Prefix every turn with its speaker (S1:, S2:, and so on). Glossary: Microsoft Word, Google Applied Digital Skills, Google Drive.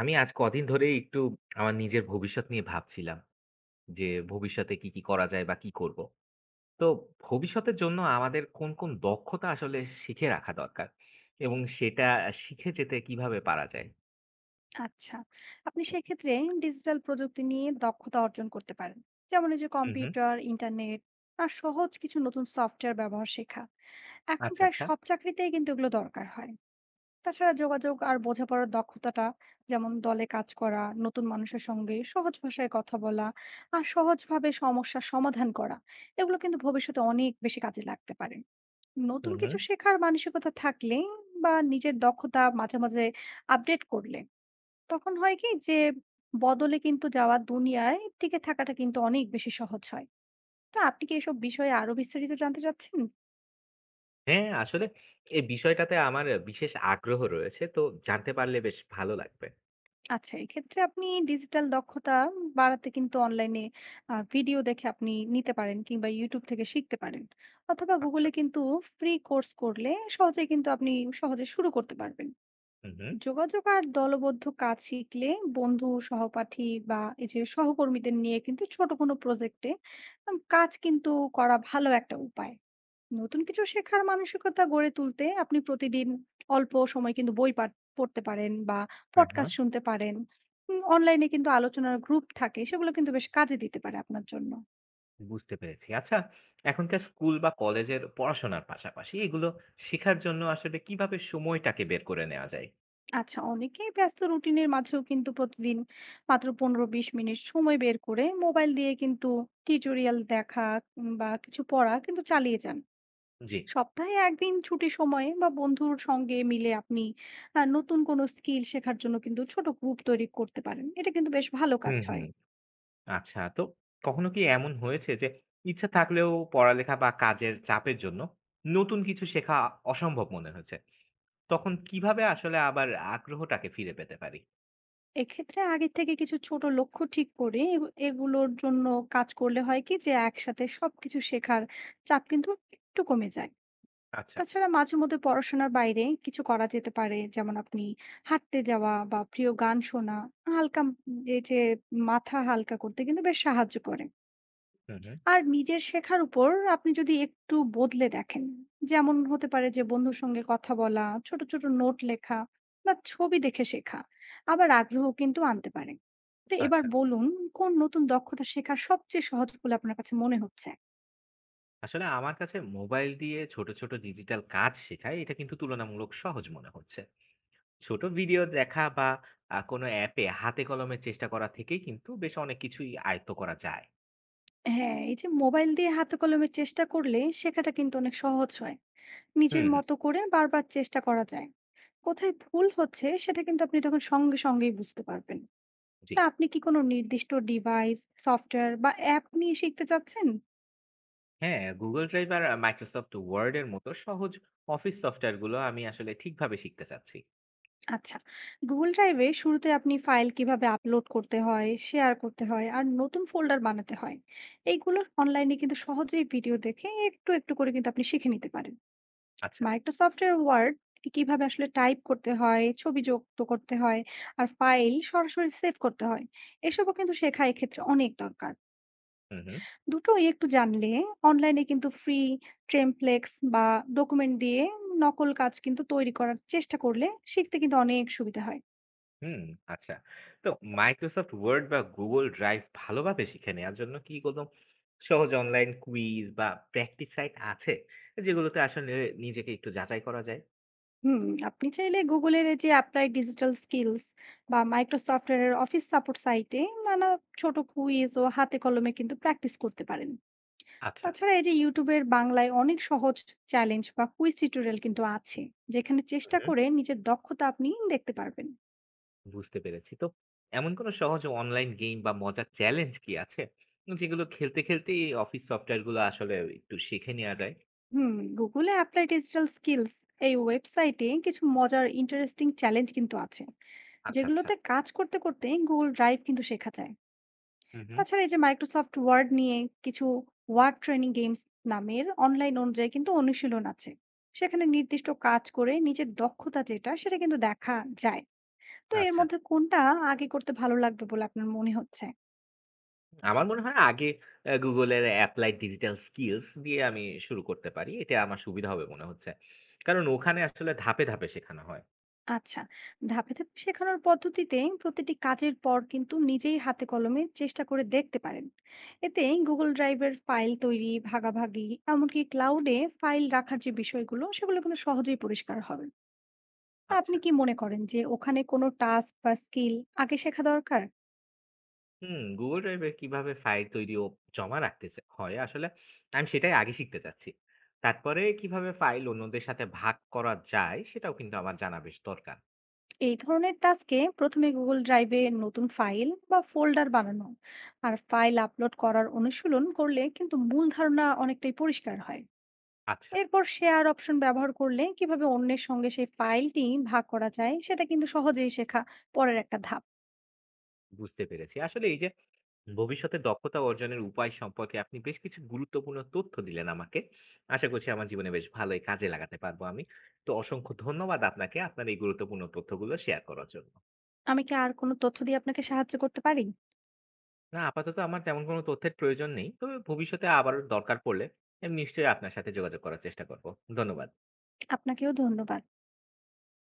S1: আমি আজ কদিন ধরেই আমার নিজের ভবিষ্যৎ নিয়ে ভাবছিলাম যে ভবিষ্যতে কি কি করা যায় বা কি করব, তো ভবিষ্যতের জন্য আমাদের কোন কোন দক্ষতা আসলে শিখে রাখা দরকার এবং সেটা শিখে যেতে কিভাবে পারা যায়।
S2: আচ্ছা, আপনি সেক্ষেত্রে ডিজিটাল প্রযুক্তি নিয়ে দক্ষতা অর্জন করতে পারেন। যেমন এই যে
S1: হুম হুম।
S2: কম্পিউটার, ইন্টারনেট আর সহজ কিছু নতুন সফটওয়্যার ব্যবহার শেখা। এখন
S1: আচ্ছা
S2: প্রায়
S1: আচ্ছা।
S2: সব চাকরিতেই কিন্তু এগুলো দরকার হয়। তাছাড়া যোগাযোগ আর বোঝাপড়ার দক্ষতাটা, যেমন দলে কাজ করা, নতুন মানুষের সঙ্গে সহজ ভাষায় কথা বলা আর সহজভাবে সমস্যার সমাধান করা, এগুলো কিন্তু ভবিষ্যতে অনেক বেশি কাজে লাগতে পারে। নতুন
S1: হুম হুম।
S2: কিছু শেখার মানসিকতা থাকলে বা নিজের দক্ষতা মাঝে মাঝে আপডেট করলে, তখন হয় কি যে বদলে কিন্তু যাওয়া দুনিয়ায় টিকে থাকাটা কিন্তু অনেক বেশি সহজ হয়। তো আপনি কি এসব বিষয়ে আরো বিস্তারিত জানতে চাচ্ছেন?
S1: হ্যাঁ, আসলে এই বিষয়টাতে আমার বিশেষ আগ্রহ রয়েছে, তো জানতে পারলে বেশ ভালো লাগবে।
S2: আচ্ছা, এক্ষেত্রে আপনি ডিজিটাল দক্ষতা বাড়াতে কিন্তু অনলাইনে ভিডিও দেখে আপনি নিতে পারেন, কিংবা YouTube থেকে শিখতে পারেন। অথবা Google
S1: আচ্ছা।
S2: এ কিন্তু ফ্রি কোর্স করলে সহজেই কিন্তু আপনি সহজে শুরু করতে পারবেন।
S1: হুম হুম।
S2: যোগাযোগ আর দলবদ্ধ কাজ শিখলে, বন্ধু, সহপাঠী বা এই যে সহকর্মীদের নিয়ে কিন্তু ছোট কোনো প্রজেক্টে কাজ কিন্তু করা ভালো একটা উপায়। নতুন কিছু শেখার মানসিকতা গড়ে তুলতে আপনি প্রতিদিন অল্প সময় কিন্তু বই পড়তে পারেন বা
S1: হ্যাঁ হ্যাঁ।
S2: পডকাস্ট শুনতে পারেন। অনলাইনে কিন্তু আলোচনার গ্রুপ থাকে, সেগুলো কিন্তু বেশ কাজে দিতে পারে আপনার জন্য।
S1: বুঝতে পেরেছি। আচ্ছা, এখনকার স্কুল বা কলেজের পড়াশোনার পাশাপাশি এগুলো শেখার জন্য আসলে কিভাবে সময়টাকে বের করে নেওয়া যায়?
S2: আচ্ছা, অনেকেই ব্যস্ত রুটিনের মাঝেও কিন্তু প্রতিদিন মাত্র 15-20 মিনিট সময় বের করে মোবাইল দিয়ে কিন্তু টিউটোরিয়াল দেখা, বা কিছু পড়া কিন্তু চালিয়ে যান।
S1: জি।
S2: সপ্তাহে একদিন ছুটি সময়ে বা বন্ধুর সঙ্গে মিলে আপনি নতুন কোনো স্কিল শেখার জন্য কিন্তু ছোট গ্রুপ তৈরি করতে পারেন। এটা কিন্তু বেশ ভালো কাজ
S1: হুম, হুম।
S2: হয়।
S1: আচ্ছা, তো কখনো কি এমন হয়েছে যে ইচ্ছা থাকলেও পড়ালেখা বা কাজের চাপের জন্য নতুন কিছু শেখা অসম্ভব মনে হয়েছে? তখন কিভাবে আসলে আবার আগ্রহটাকে ফিরে পেতে পারি?
S2: এক্ষেত্রে আগে থেকে কিছু ছোট লক্ষ্য ঠিক করে এগুলোর জন্য কাজ করলে হয় কি যে একসাথে সবকিছু শেখার চাপ কিন্তু একটু কমে যায়।
S1: আচ্ছা।
S2: তাছাড়া মাঝে মধ্যে পড়াশোনার বাইরে কিছু করা যেতে পারে। যেমন আপনি হাঁটতে যাওয়া বা প্রিয় গান শোনা, হালকা এই যে মাথা হালকা করতে কিন্তু বেশ সাহায্য করে।
S1: হুম, হুম।
S2: আর নিজের শেখার উপর আপনি যদি একটু বদলে দেখেন, যেমন হতে পারে যে বন্ধুর সঙ্গে কথা বলা, ছোট, ছোট নোট লেখা বা ছবি দেখে শেখা, আবার আগ্রহ কিন্তু আনতে পারে। তো এবার
S1: আচ্ছা।
S2: বলুন, কোন নতুন দক্ষতা শেখার সবচেয়ে সহজ বলে আপনার কাছে মনে হচ্ছে?
S1: আসলে আমার কাছে মোবাইল দিয়ে ছোট, ছোট ডিজিটাল কাজ শেখায় এটা কিন্তু তুলনামূলক সহজ মনে হচ্ছে। ছোট ভিডিও দেখা বা কোনো অ্যাপে হাতে কলমে চেষ্টা করা থেকেই কিন্তু বেশ অনেক কিছুই আয়ত্ত করা যায়।
S2: হ্যাঁ, এই যে মোবাইল দিয়ে হাতে কলমে চেষ্টা করলে শেখাটা কিন্তু অনেক সহজ হয়।
S1: হুম,
S2: নিজের
S1: হুম, হুম।
S2: মতো করে বারবার চেষ্টা করা যায়। কোথায় ভুল হচ্ছে সেটা কিন্তু আপনি তখন সঙ্গে সঙ্গেই বুঝতে পারবেন।
S1: জি।
S2: তা আপনি কি কোনো নির্দিষ্ট ডিভাইস, সফটওয়্যার বা অ্যাপ নিয়ে শিখতে চাচ্ছেন?
S1: হ্যাঁ, Google Drive আর Microsoft Word এর মতো সহজ অফিস সফটওয়্যারগুলো আমি আসলে ঠিকভাবে শিখতে চাচ্ছি।
S2: আচ্ছা, Google Drive এ শুরুতে আপনি ফাইল কিভাবে আপলোড করতে হয়, শেয়ার করতে হয় আর নতুন ফোল্ডার বানাতে হয়, এইগুলো অনলাইনে কিন্তু সহজেই ভিডিও দেখে একটু, একটু করে কিন্তু আপনি শিখে নিতে পারেন।
S1: আচ্ছা।
S2: মাইক্রোসফটের ওয়ার্ড কিভাবে আসলে টাইপ করতে হয়, ছবি যুক্ত করতে হয়, আর ফাইল সরাসরি সেভ করতে হয়, এসবও কিন্তু শেখা এক্ষেত্রে অনেক দরকার।
S1: হুম, হুম,
S2: দুটোই একটু জানলে অনলাইনে কিন্তু ফ্রি টেমপ্লেক্স বা ডকুমেন্ট দিয়ে নকল কাজ কিন্তু তৈরি করার চেষ্টা করলে শিখতে কিন্তু অনেক সুবিধা হয়।
S1: হুম, আচ্ছা। তো Microsoft Word বা Google Drive ভালোভাবে শিখে নেয়ার জন্য কি কোনো সহজ অনলাইন কুইজ বা প্র্যাকটিস সাইট আছে? যেগুলোতে আসলে নিজেকে একটু যাচাই করা যায়?
S2: হুম, আপনি চাইলে গুগলের এই যে অ্যাপ্লাই ডিজিটাল স্কিলস বা মাইক্রোসফটের অফিস সাপোর্ট সাইটে নানা ছোট কুইজ ও হাতে কলমে কিন্তু প্র্যাকটিস করতে পারেন।
S1: আচ্ছা।
S2: তাছাড়া এই যে ইউটিউবের বাংলায় অনেক সহজ চ্যালেঞ্জ বা কুইজ টিউটোরিয়াল কিন্তু আছে, যেখানে চেষ্টা
S1: হুম।
S2: করে নিজের দক্ষতা আপনি দেখতে পারবেন।
S1: বুঝতে পেরেছি। তো এমন কোনো সহজ অনলাইন গেম বা মজার চ্যালেঞ্জ কি আছে? যেগুলো খেলতে, খেলতেই এই অফিস সফটওয়্যার গুলো আসলে একটু শিখে নেয়া যায়?
S2: হুম, গুগলে অ্যাপ্লাই ডিজিটাল স্কিলস এই ওয়েবসাইটে কিছু মজার ইন্টারেস্টিং চ্যালেঞ্জ কিন্তু আছে,
S1: আচ্ছা, আচ্ছা।
S2: যেগুলোতে কাজ করতে করতে গুগল ড্রাইভ কিন্তু শেখা যায়।
S1: হু, হু।
S2: তাছাড়া এই যে মাইক্রোসফট ওয়ার্ড নিয়ে কিছু ওয়ার্ড ট্রেনিং গেমস নামের অনলাইন অনুযায়ী কিন্তু অনুশীলন আছে, সেখানে নির্দিষ্ট কাজ করে নিজের দক্ষতা যেটা সেটা কিন্তু দেখা যায়। তো এর
S1: আচ্ছা।
S2: মধ্যে কোনটা আগে করতে ভালো লাগবে বলে আপনার মনে হচ্ছে?
S1: আমার মনে হয় আগে Google এর Applied Digital Skills দিয়ে আমি শুরু করতে পারি। এটা আমার সুবিধা হবে মনে হচ্ছে। কারণ ওখানে আসলে ধাপে, ধাপে শেখানো হয়।
S2: আচ্ছা, ধাপে, ধাপে শেখানোর পদ্ধতিতে প্রতিটি কাজের পর কিন্তু নিজেই হাতে কলমে চেষ্টা করে দেখতে পারেন। এতে Google Drive এর ফাইল তৈরি, ভাগাভাগি, এমনকি ক্লাউড এ ফাইল রাখার যে বিষয়গুলো, সেগুলো কিন্তু সহজেই পরিষ্কার হবে। তা আপনি
S1: আচ্ছা।
S2: কি মনে করেন যে ওখানে কোনো টাস্ক বা স্কিল আগে শেখা দরকার?
S1: হুম, Google Drive এ কিভাবে ফাইল তৈরি ও জমা রাখতে হয় আসলে আমি সেটাই আগে শিখতে চাচ্ছি। তারপরে কিভাবে ফাইল অন্যদের সাথে ভাগ করা যায় সেটাও কিন্তু আমার জানা বেশ দরকার।
S2: এই ধরনের টাস্কে প্রথমে গুগল ড্রাইভে নতুন ফাইল বা ফোল্ডার বানানো আর ফাইল আপলোড করার অনুশীলন করলে কিন্তু মূল ধারণা অনেকটাই পরিষ্কার হয়।
S1: আচ্ছা,
S2: এরপর শেয়ার অপশন ব্যবহার করলে কিভাবে অন্যের সঙ্গে সেই ফাইলটি ভাগ করা যায় সেটা কিন্তু সহজেই শেখা পরের একটা ধাপ।
S1: বুঝতে পেরেছি। আসলে এই যে ভবিষ্যতে দক্ষতা অর্জনের উপায় সম্পর্কে আপনি বেশ কিছু গুরুত্বপূর্ণ তথ্য দিলেন আমাকে। আশা করছি আমার জীবনে বেশ ভালোই কাজে লাগাতে পারবো আমি। তো অসংখ্য ধন্যবাদ আপনাকে আপনার এই গুরুত্বপূর্ণ তথ্যগুলো শেয়ার করার জন্য।
S2: আমি কি আর কোনো তথ্য দিয়ে আপনাকে সাহায্য করতে পারি?
S1: না, আপাতত আমার তেমন কোনো তথ্যের প্রয়োজন নেই। তবে ভবিষ্যতে আবারও দরকার পড়লে আমি নিশ্চয়ই আপনার সাথে যোগাযোগ করার চেষ্টা করব। ধন্যবাদ।
S2: আপনাকেও ধন্যবাদ।